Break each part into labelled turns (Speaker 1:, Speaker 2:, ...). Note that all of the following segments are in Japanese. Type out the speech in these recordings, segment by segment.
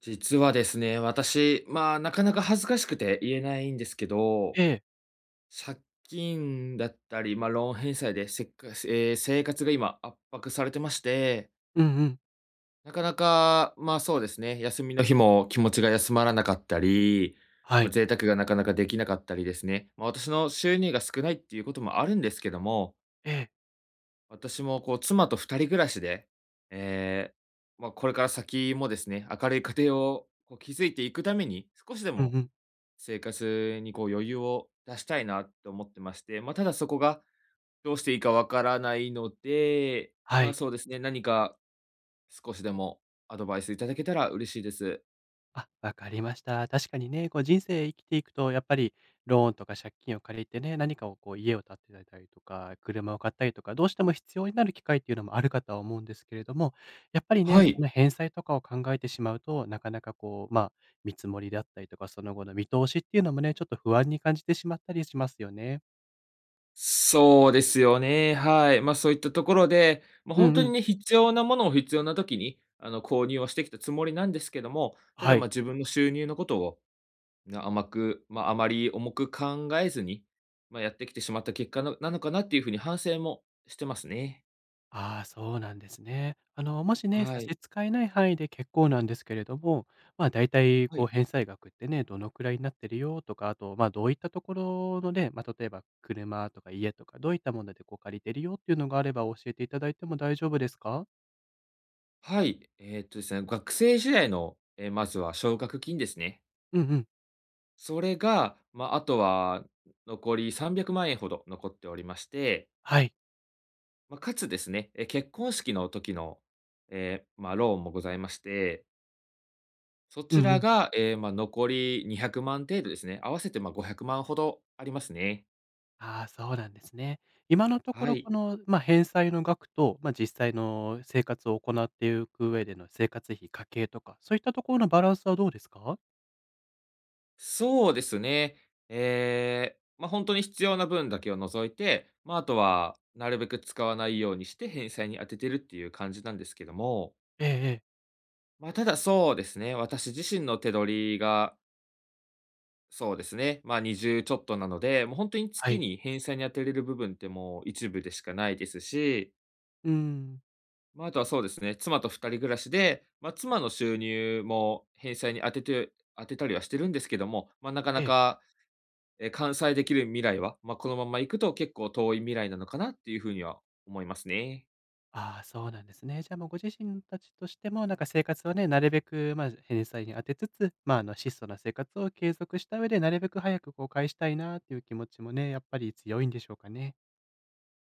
Speaker 1: 実はですね、私、まあ、なかなか恥ずかしくて言えないんですけど、
Speaker 2: ええ、
Speaker 1: 借金だったり、ま、ローン返済でせっかえー生活が今圧迫されてまして、
Speaker 2: うんうん、
Speaker 1: なかなか、ま、そうですね、休みの日も気持ちが休まらなかったり、
Speaker 2: は
Speaker 1: まあ、
Speaker 2: い。
Speaker 1: 贅沢がなかなかできなかったりですね。まあ、私の収入が少ないっていうこともあるんですけども、
Speaker 2: ええ、
Speaker 1: 私もこう妻と二人暮らしで、ええ、まあ、これから先もですね、明るい家庭をこう築いていくために、少しで
Speaker 2: うん
Speaker 1: も
Speaker 2: うん、
Speaker 1: 生活にこう余裕を出したいなって思ってまして、まあ、ただそこがどうしていいかわからないので、
Speaker 2: は
Speaker 1: ま、
Speaker 2: い。
Speaker 1: そうですね、何か少しでもアドバイスいただけたら嬉しいです。
Speaker 2: あ、わかりました。確かにね、こう人生生きていくと、やっぱりローンとか借金を借りてね、何かをこう家を建てたりとか、車を買ったりとか、どうしても必要になる機会っていうのもあるかとは思うんですけれども、やっぱり
Speaker 1: は
Speaker 2: ね、そ
Speaker 1: い。
Speaker 2: の返済とかを考えてしまうと、なかなかこう、まあ、見積もりだったりとか、その後の見通しっていうのもね、ちょっと不安に感じてしまったりしますよね。
Speaker 1: そうですよね、はい。ま、そういったところで、ま、
Speaker 2: う
Speaker 1: 本
Speaker 2: ん
Speaker 1: 当
Speaker 2: う
Speaker 1: に
Speaker 2: ん、
Speaker 1: ね、必要なものを必要な時に、購入をしてきたつもりなんですけども、ただ、
Speaker 2: は
Speaker 1: ま、
Speaker 2: い。
Speaker 1: 自分の収入のことを、甘く、ま、あまり重く考えずに、まあ、やってきてしまった結果のなのかなっていうふうに反省もしてますね。
Speaker 2: ああ、そうなんですね。あの、もしね、
Speaker 1: は
Speaker 2: 差し
Speaker 1: い。
Speaker 2: 支えない範囲で結構なんですけれども、まあ、だいたい
Speaker 1: は
Speaker 2: こう
Speaker 1: い。
Speaker 2: 返済額ってね、どのくらいになってるよとか、あと、ま、あどういったところのね、ま、あ例えば車とか家とか、どういったものでこう借りてるよっていうのがあれば教えていただいても大丈夫ですか？
Speaker 1: はい。ですね、学生時代の、まずは奨学金ですね。
Speaker 2: うんうん。
Speaker 1: それが、まあ、あとは残り300万円ほど残っておりまして、
Speaker 2: はい。
Speaker 1: まあ、かつですね、結婚式の時の、ええ、まあ、ローンもございまして、そ
Speaker 2: う
Speaker 1: ち
Speaker 2: んう
Speaker 1: ら
Speaker 2: ん。
Speaker 1: が、ええ、まあ、残り200万程度ですね。合わせて、ま、500万ほどありますね。
Speaker 2: ああ、そうなんですね。今のとこ
Speaker 1: は
Speaker 2: ろ
Speaker 1: い。
Speaker 2: この、まあ、返済の額と、ま、あ実際の生活を行っていく上での生活費、家計とか、そういったところのバランスはどうですか？
Speaker 1: そうですね。ええ、ま、本当に必要な分だけを除いて、ま、あとはなるべく使わないようにして返済に当ててるっていう感じなんですけども、
Speaker 2: ええええ。
Speaker 1: ま、ただそうですね、私自身の手取りが、そうですね、ま、20ちょっとなので、もう本当に
Speaker 2: は
Speaker 1: 月
Speaker 2: い。
Speaker 1: に返済に当てれる部分ってもう一部でしかないですし、
Speaker 2: うん。
Speaker 1: ま、あとはそうですね、妻と二人暮らしで、ま、妻の収入も返済に当てたりはしてるんですけども、ま、なかな
Speaker 2: ええ。
Speaker 1: か完済できる未来は、まあ、このまま行くと結構遠い未来なのかなっていうふうには思いますね。
Speaker 2: ああ、そうなんですね。じゃあ、もうご自身たちとしても、なんか生活はね、なるべく、まあ、返済に当てつつ、まあ、あの、質素な生活を継続した上で、なるべく早くこう返したいなっていう気持ちもね、やっぱり強いんでしょうかね。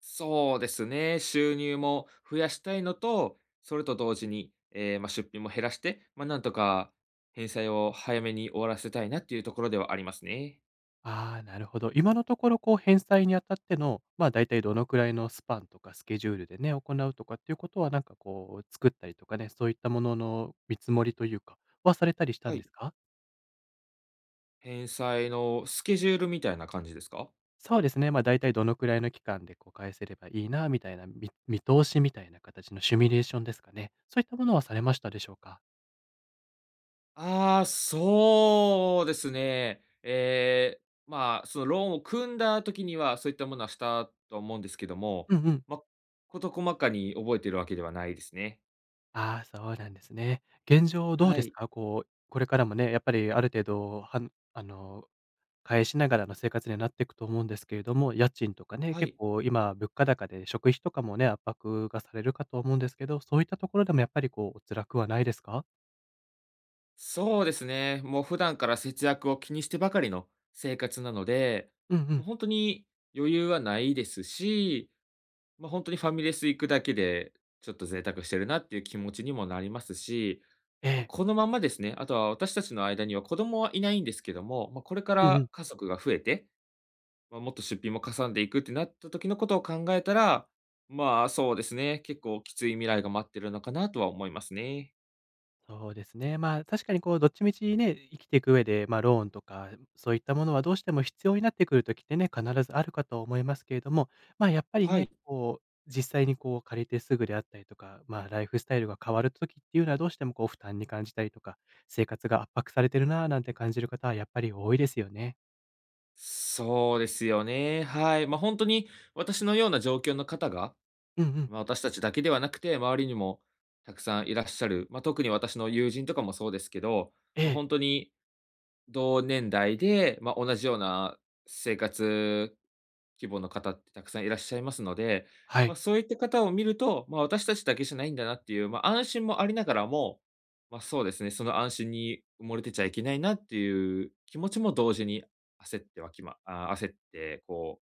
Speaker 1: そうですね、収入も増やしたいのと、それと同時に、ええ、まあ、出費も減らして、まあ、なんとか返済を早めに終わらせたいなっていうところではありますね。
Speaker 2: ああ、なるほど。今のところこう返済にあたっての、まあ、大体どのくらいのスパンとかスケジュールでね、行うとかっていうことは、なんかこう作ったりとかね、そういったものの見積もりというかはされたりした
Speaker 1: は
Speaker 2: んで
Speaker 1: い。
Speaker 2: すか？
Speaker 1: 返済のスケジュールみたいな感じですか？
Speaker 2: そうですね、ま、あ大体どのくらいの期間でこう返せればいいなみたいな、見通しみたいな形のシミュレーションですかね。そういったものはされましたでしょうか？
Speaker 1: ああ、そうですね。ええ、まあ、そのローンを組んだ時には、そういったものはしたと思うんですけども、
Speaker 2: うんうん。
Speaker 1: まあ、事細かに覚えてるわけではないですね。
Speaker 2: ああ、そうなんですね。現状どう
Speaker 1: は
Speaker 2: です
Speaker 1: い。
Speaker 2: か？こう、これからもね、やっぱりある程度、あの、返しながらの生活になっていくと思うんですけれども、家賃とかね、
Speaker 1: は
Speaker 2: 結
Speaker 1: い。
Speaker 2: 構今物価高で食費とかもね、圧迫がされるかと思うんですけど、そういったところでもやっぱりこうお辛くはないですか？
Speaker 1: そうですね。もう普段から節約を気にしてばかりの生活なので、
Speaker 2: うんう
Speaker 1: もう
Speaker 2: ん。
Speaker 1: 本当に余裕はないですし、ま、本当にファミレス行くだけで、ちょっと贅沢してるなっていう気持ちにもなりますし、
Speaker 2: え
Speaker 1: まあ、
Speaker 2: え。
Speaker 1: このままですね、あとは私たちの間には子供はいないんですけども、まあ、これか
Speaker 2: うんう
Speaker 1: ら
Speaker 2: ん。
Speaker 1: 家族が増えて、まあ、もっと出費もかさんでいくってなった時のことを考えたら、まあ、そうですね、結構きつい未来が待ってるのかなとは思いますね。
Speaker 2: そうですね。まあ、確かにこう、どっちみちね、生きていく上で、まあ、ローンとか、そういったものはどうしても必要になってくる時ってね、必ずあるかと思いますけれども、まあ、やっぱり
Speaker 1: は
Speaker 2: ね、
Speaker 1: い。
Speaker 2: こう、実際にこう、借りてすぐであったりとか、まあ、ライフスタイルが変わる時っていうのは、どうしてもこう、負担に感じたりとか、生活が圧迫されてるなあなんて感じる方は、やっぱり多いですよね。
Speaker 1: そうですよね。はい。ま、本当に私のような状況の方が、
Speaker 2: うんうん。
Speaker 1: まあ、私たちだけではなくて、周りにもたくさんいらっしゃる、まあ、特に私の友人とかもそうですけど、
Speaker 2: え
Speaker 1: ま、
Speaker 2: え。
Speaker 1: 本当に同年代で、まあ、同じような生活規模の方ってたくさんいらっしゃいますので、
Speaker 2: は
Speaker 1: まあ、
Speaker 2: い。
Speaker 1: そういった方を見ると、まあ、私たちだけじゃないんだなっていう、まあ、安心もありながらも、まあ、そうですね、その安心に埋もれてちゃいけないなっていう気持ちも同時に焦ってはきまあ、焦ってこう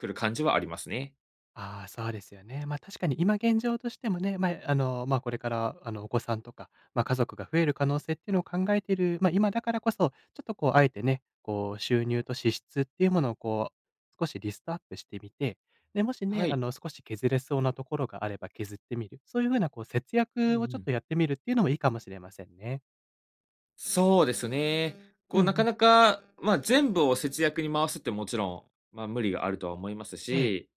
Speaker 1: 来る感じはありますね。
Speaker 2: ああ、そうですよね。ま、確かに今現状としてもね、まあ、あの、ま、これから、あの、お子さんとか、ま、家族が増える可能性っていうのを考えている、ま、今だからこそ、ちょっとこう、あえてね、こう、収入と支出っていうものをこう、少しリストアップしてみて、で、もし
Speaker 1: は
Speaker 2: ね、あ
Speaker 1: い。
Speaker 2: の、少し削れそうなところがあれば削ってみる、そういう風なこう、節
Speaker 1: うん
Speaker 2: 約をち
Speaker 1: う
Speaker 2: ょっ
Speaker 1: ん。
Speaker 2: とやってみるっていうのもいいかもしれませんね。
Speaker 1: そうですね。こ
Speaker 2: うん
Speaker 1: う、
Speaker 2: う
Speaker 1: なか
Speaker 2: ん。
Speaker 1: なか、まあ、全部を節約に回すってもちろん、まあ、無理があるとは思います
Speaker 2: ええ、
Speaker 1: し、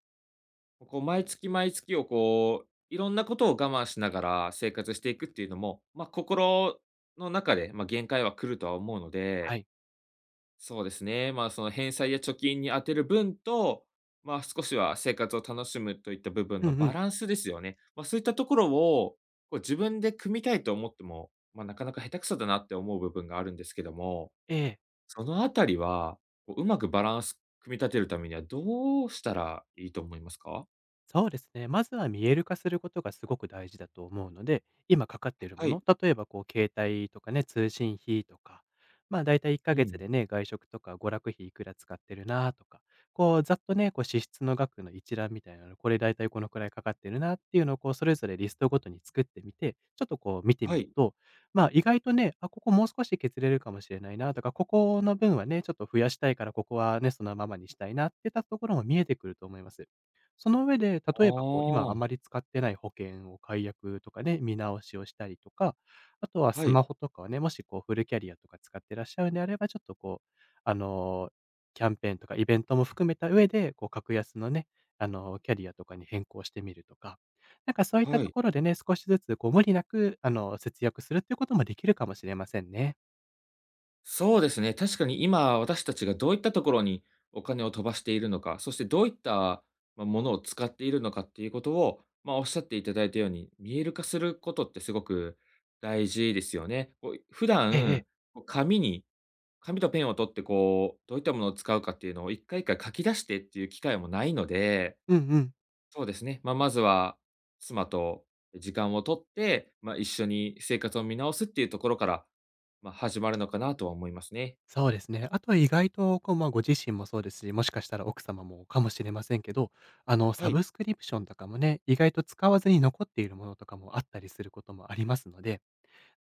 Speaker 1: こう、毎月毎月をこう、いろんなことを我慢しながら生活していくっていうのも、まあ、心の中で、まあ、限界は来るとは思うの
Speaker 2: は
Speaker 1: で、
Speaker 2: い。
Speaker 1: そうですね。まあ、その返済や貯金に充てる分と、まあ、少しは生活を楽しむといった部分
Speaker 2: う
Speaker 1: の
Speaker 2: んう
Speaker 1: バ
Speaker 2: ん。
Speaker 1: ランスですよね。まあ、そういったところを、こう自分で組みたいと思っても、まあ、なかなか下手くそだなって思う部分があるんですけども、
Speaker 2: ええ。
Speaker 1: そのあたりは、こううまくバランス組み立てるためにはどうしたらいいと思いますか？
Speaker 2: そうですね。まずは見える化することがすごく大事だと思うので、今かかっている
Speaker 1: は
Speaker 2: も
Speaker 1: い。
Speaker 2: の、例えばこう携帯とかね、通信費とか、まあ大体1
Speaker 1: う
Speaker 2: ヶ月
Speaker 1: ん。
Speaker 2: でね、外食とか娯楽費いくら使ってるなとか、こうざっとね、こう支出の額の一覧みたいなの、これ大体このくらいかかってるなっていうのをこうそれぞれリストごとに作ってみて、ちょっとこう見て
Speaker 1: は
Speaker 2: みる
Speaker 1: い。
Speaker 2: と、まあ意外とね、あ、ここもう少し削れるかもしれないなとか、ここの分はね、ちょっと増やしたいからここはね、そのままにしたいなってたところも見えてくると思います。その上で、
Speaker 1: あ
Speaker 2: 例えばこう、今あま
Speaker 1: あ。
Speaker 2: り使ってない保険を解約とかね、見直しをしたりとか、あとは
Speaker 1: は
Speaker 2: ス
Speaker 1: い。
Speaker 2: マホとかをね、もしこうフルキャリアとか使ってらっしゃるんであれば、ちょっとこう、あの、キャンペーンとかイベントも含めた上で、こう、格安のね、あの、キャリアとかに変更してみるとか、なんかそういった
Speaker 1: は
Speaker 2: と
Speaker 1: い。
Speaker 2: ころでね、少しずつこう無理なく、あの、節約するっていうこともできるかもしれませんね。
Speaker 1: そうですね。確かに今、私たちがどういったところにお金を飛ばしているのか、そしてどういった、まあ、ものを使っているのかっていうことを、まあ、おっしゃっていただいたように、見える化することってすごく大事ですよね。こう、普
Speaker 2: えええ
Speaker 1: 段、
Speaker 2: え。
Speaker 1: こう紙とペンを取ってこう、どういったものを使うかっていうのを一回一回書き出してっていう機会もないので、
Speaker 2: うんうん。
Speaker 1: そうですね、まあ、まずは妻と時間を取って、まあ、一緒に生活を見直すっていうところから、まあ、始まるのかなとは思いますね。
Speaker 2: そうですね。あとは意外と、こう、まあ、ご自身もそうですし、もしかしたら奥様もかもしれませんけど、あの、
Speaker 1: は
Speaker 2: サ
Speaker 1: い。
Speaker 2: ブスクリプションとかもね、意外と使わずに残っているものとかもあったりすることもありますので、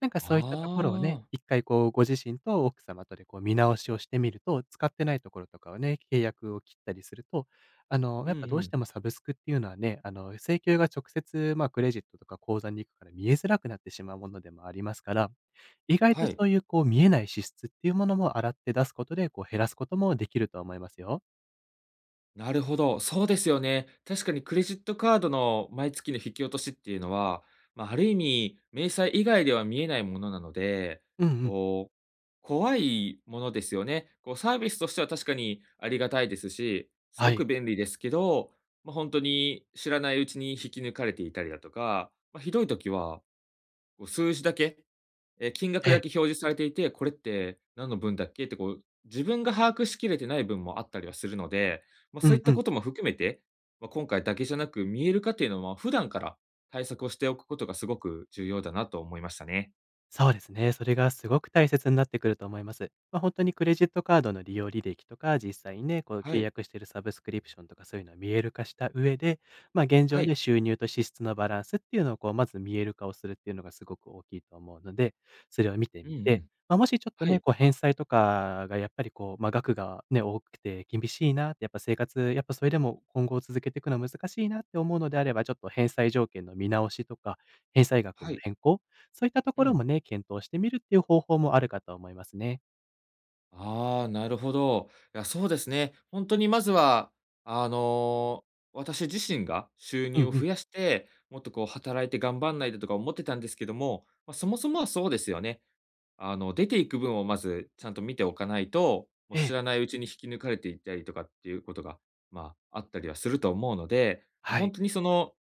Speaker 2: なんか
Speaker 1: あ
Speaker 2: そういったところをね、
Speaker 1: あ、
Speaker 2: 一回こうご自身と奥様とでこう見直しをしてみると、使ってないところとかをね、契約を切ったりすると、あの、
Speaker 1: う
Speaker 2: や
Speaker 1: ん
Speaker 2: っ
Speaker 1: う
Speaker 2: ぱどうし
Speaker 1: ん。
Speaker 2: てもサブスクっていうのはね、あの、請求が直接、まあ、クレジットとか口座に行くから見えづらくなってしまうものでもありますから、意外
Speaker 1: は
Speaker 2: と
Speaker 1: い。
Speaker 2: そういうこう見えない支出っていうものも洗って出すことで、こう減らすこともできると思いますよ。
Speaker 1: なるほど。そうですよね。確かにクレジットカードの毎月の引き落としっていうのは、まあ、ある意味、明細以外では見えないものなので、
Speaker 2: うんうん。
Speaker 1: こう、怖いものですよね。こうサービスとしては確かにありがたいですし、す
Speaker 2: は
Speaker 1: ごく
Speaker 2: い。
Speaker 1: 便利ですけど、ま、本当に知らないうちに引き抜かれていたりだとか、まあ、ひどい時は、こう数字だけ、金
Speaker 2: え
Speaker 1: 額だけ
Speaker 2: え。
Speaker 1: 表示されていて、これって何の分だっけってこう、自分が把握しきれてない分もあったりはするので、まあ、
Speaker 2: う
Speaker 1: そうい
Speaker 2: ん
Speaker 1: っ
Speaker 2: う
Speaker 1: た
Speaker 2: ん。
Speaker 1: ことも含めて、まあ、今回だけじゃなく、見える化っていうのは普段から対策をしておくことがすごく重要だなと思いましたね。
Speaker 2: そうですね。それがすごく大切になってくると思います。まあ、本当にクレジットカードの利用履歴とか、実際にね、こう
Speaker 1: は
Speaker 2: 契
Speaker 1: い。
Speaker 2: 約しているサブスクリプションとかそういうのは見える化した上で、まあ、現
Speaker 1: は
Speaker 2: 状ね、
Speaker 1: い。
Speaker 2: 収入と支出のバランスっていうのをこう、まず見える化をするっていうのがすごく大きいと思うので、それを見て
Speaker 1: うん
Speaker 2: み
Speaker 1: う
Speaker 2: て、
Speaker 1: ん。
Speaker 2: まあ、もしちょっと
Speaker 1: は
Speaker 2: ね、
Speaker 1: い。
Speaker 2: こう返済とかがやっぱりこう、まあ、額がね、多くて厳しいなって、やっぱ生活、やっぱそれでも今後続けていくのは難しいなって思うのであれば、ちょっと返済条件の見直しとか、返済額
Speaker 1: は
Speaker 2: の
Speaker 1: い。
Speaker 2: 変更そういったと
Speaker 1: う
Speaker 2: ころ
Speaker 1: ん。
Speaker 2: もね、検討してみるっていう方法もあるかと思いますね。
Speaker 1: ああ、なるほど。いや、そうですね。本当にまずは、あの、私自身が収
Speaker 2: うん
Speaker 1: 入を
Speaker 2: う
Speaker 1: 増
Speaker 2: ん。
Speaker 1: やして、もっとこう働いて頑張んないととか思ってたんですけども、まあ、そもそもはそうですよね。出ていく分をまずちゃんと見ておかないと、もう
Speaker 2: え
Speaker 1: 知
Speaker 2: え、
Speaker 1: らないうちに引き抜かれていったりとかっていうことが、まあ、あったりはすると思うので、もう
Speaker 2: は
Speaker 1: 本
Speaker 2: い。
Speaker 1: 当にその、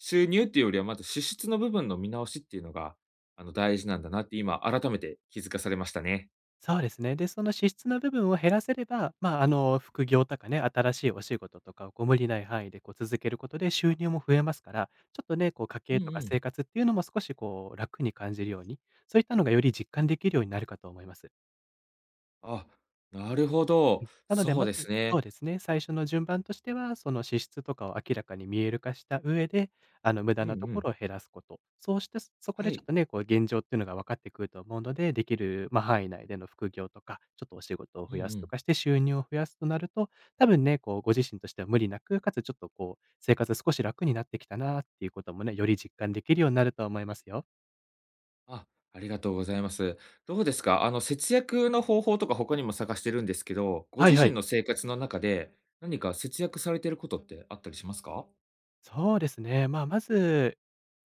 Speaker 1: 収入っていうよりはまず支出の部分の見直しっていうのが、大事なんだなって今改めて気づかされましたね。
Speaker 2: そうですね。で、その支出の部分を減らせれば、まあ、あの、副業とかね、新しいお仕事とかをご無理ない範囲でこう続けることで収入も増えますから、ちょっとね、こう家
Speaker 1: うん
Speaker 2: 計
Speaker 1: う
Speaker 2: とか
Speaker 1: ん。
Speaker 2: 生活っていうのも少しこう楽に感じるように、そういったのがより実感できるようになるかと思います。
Speaker 1: あ、なるほ
Speaker 2: う
Speaker 1: ど。
Speaker 2: ん、なので
Speaker 1: そう
Speaker 2: ま
Speaker 1: です
Speaker 2: ずそ
Speaker 1: ね。
Speaker 2: うですね、最初の順番としては、その支出とかを明らかに見える化した上で、あの無
Speaker 1: う
Speaker 2: 駄
Speaker 1: ん
Speaker 2: なと
Speaker 1: う
Speaker 2: こ
Speaker 1: ん。
Speaker 2: ろを減らすこと。そうして、そこ
Speaker 1: は
Speaker 2: でちょ
Speaker 1: い。
Speaker 2: っとね、こう現状っていうのが分かってくると思うので、できる、まあ、範囲内での副業とか、ちょっとお仕事を
Speaker 1: うん
Speaker 2: 増や
Speaker 1: う
Speaker 2: すと
Speaker 1: ん。
Speaker 2: かして収入を増やすとなると、多分ね、こうご自身としては無理なく、かつちょっとこう生活少し楽になってきたなっていうこともね、より実感できるようになると思いますよ。
Speaker 1: あ、ありがとうございます。どうですか？節約の方法とか他にも探してるんですけど、ご
Speaker 2: は
Speaker 1: 自
Speaker 2: いは
Speaker 1: 身
Speaker 2: い。
Speaker 1: の生活の中で、何か節約されてることってあったりしますか？
Speaker 2: そうですね。まあ、まず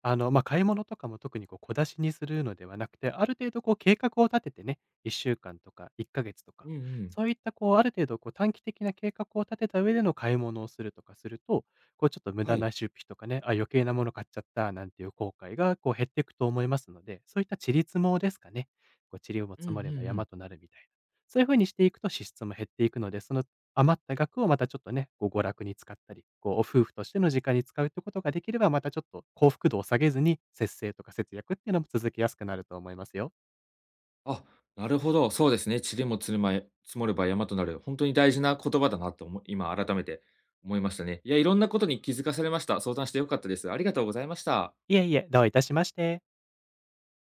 Speaker 2: あの、まあ、買い物とかも特にこう小出しにするのではなくて、ある程度こう計画を立ててね、1週間とか1ヶ月と
Speaker 1: う
Speaker 2: か、
Speaker 1: んうん。
Speaker 2: そういったこうある程度こう短期的な計画を立てた上での買い物をするとかすると、こうちょっと無
Speaker 1: は
Speaker 2: 駄
Speaker 1: い。
Speaker 2: な出費とかね、あ、余計なもの買っちゃったなんていう後悔がこう減っていくと思いますので、そういった塵積もですかね、こう塵も
Speaker 1: うんう
Speaker 2: 積
Speaker 1: んう
Speaker 2: もれば山
Speaker 1: ん。
Speaker 2: となるみたいな。そういう風にしていくと支出も減っていくので、その余った額をまたちょっとね、こう娯楽に使ったり、こうお夫婦としての時間に使うってことができれば、またちょっと幸福度を下げずに、節制とか節約っていうのも続けやすくなると思いますよ。
Speaker 1: あ、なるほど。そうですね。塵も積るまえ積もれば山となる。本当に大事な言葉だなと今改めて思いましたね。いや、いろんなことに気づかされました。相談して良かったです。ありがとうございました。
Speaker 2: いえいえ、どういたしまして。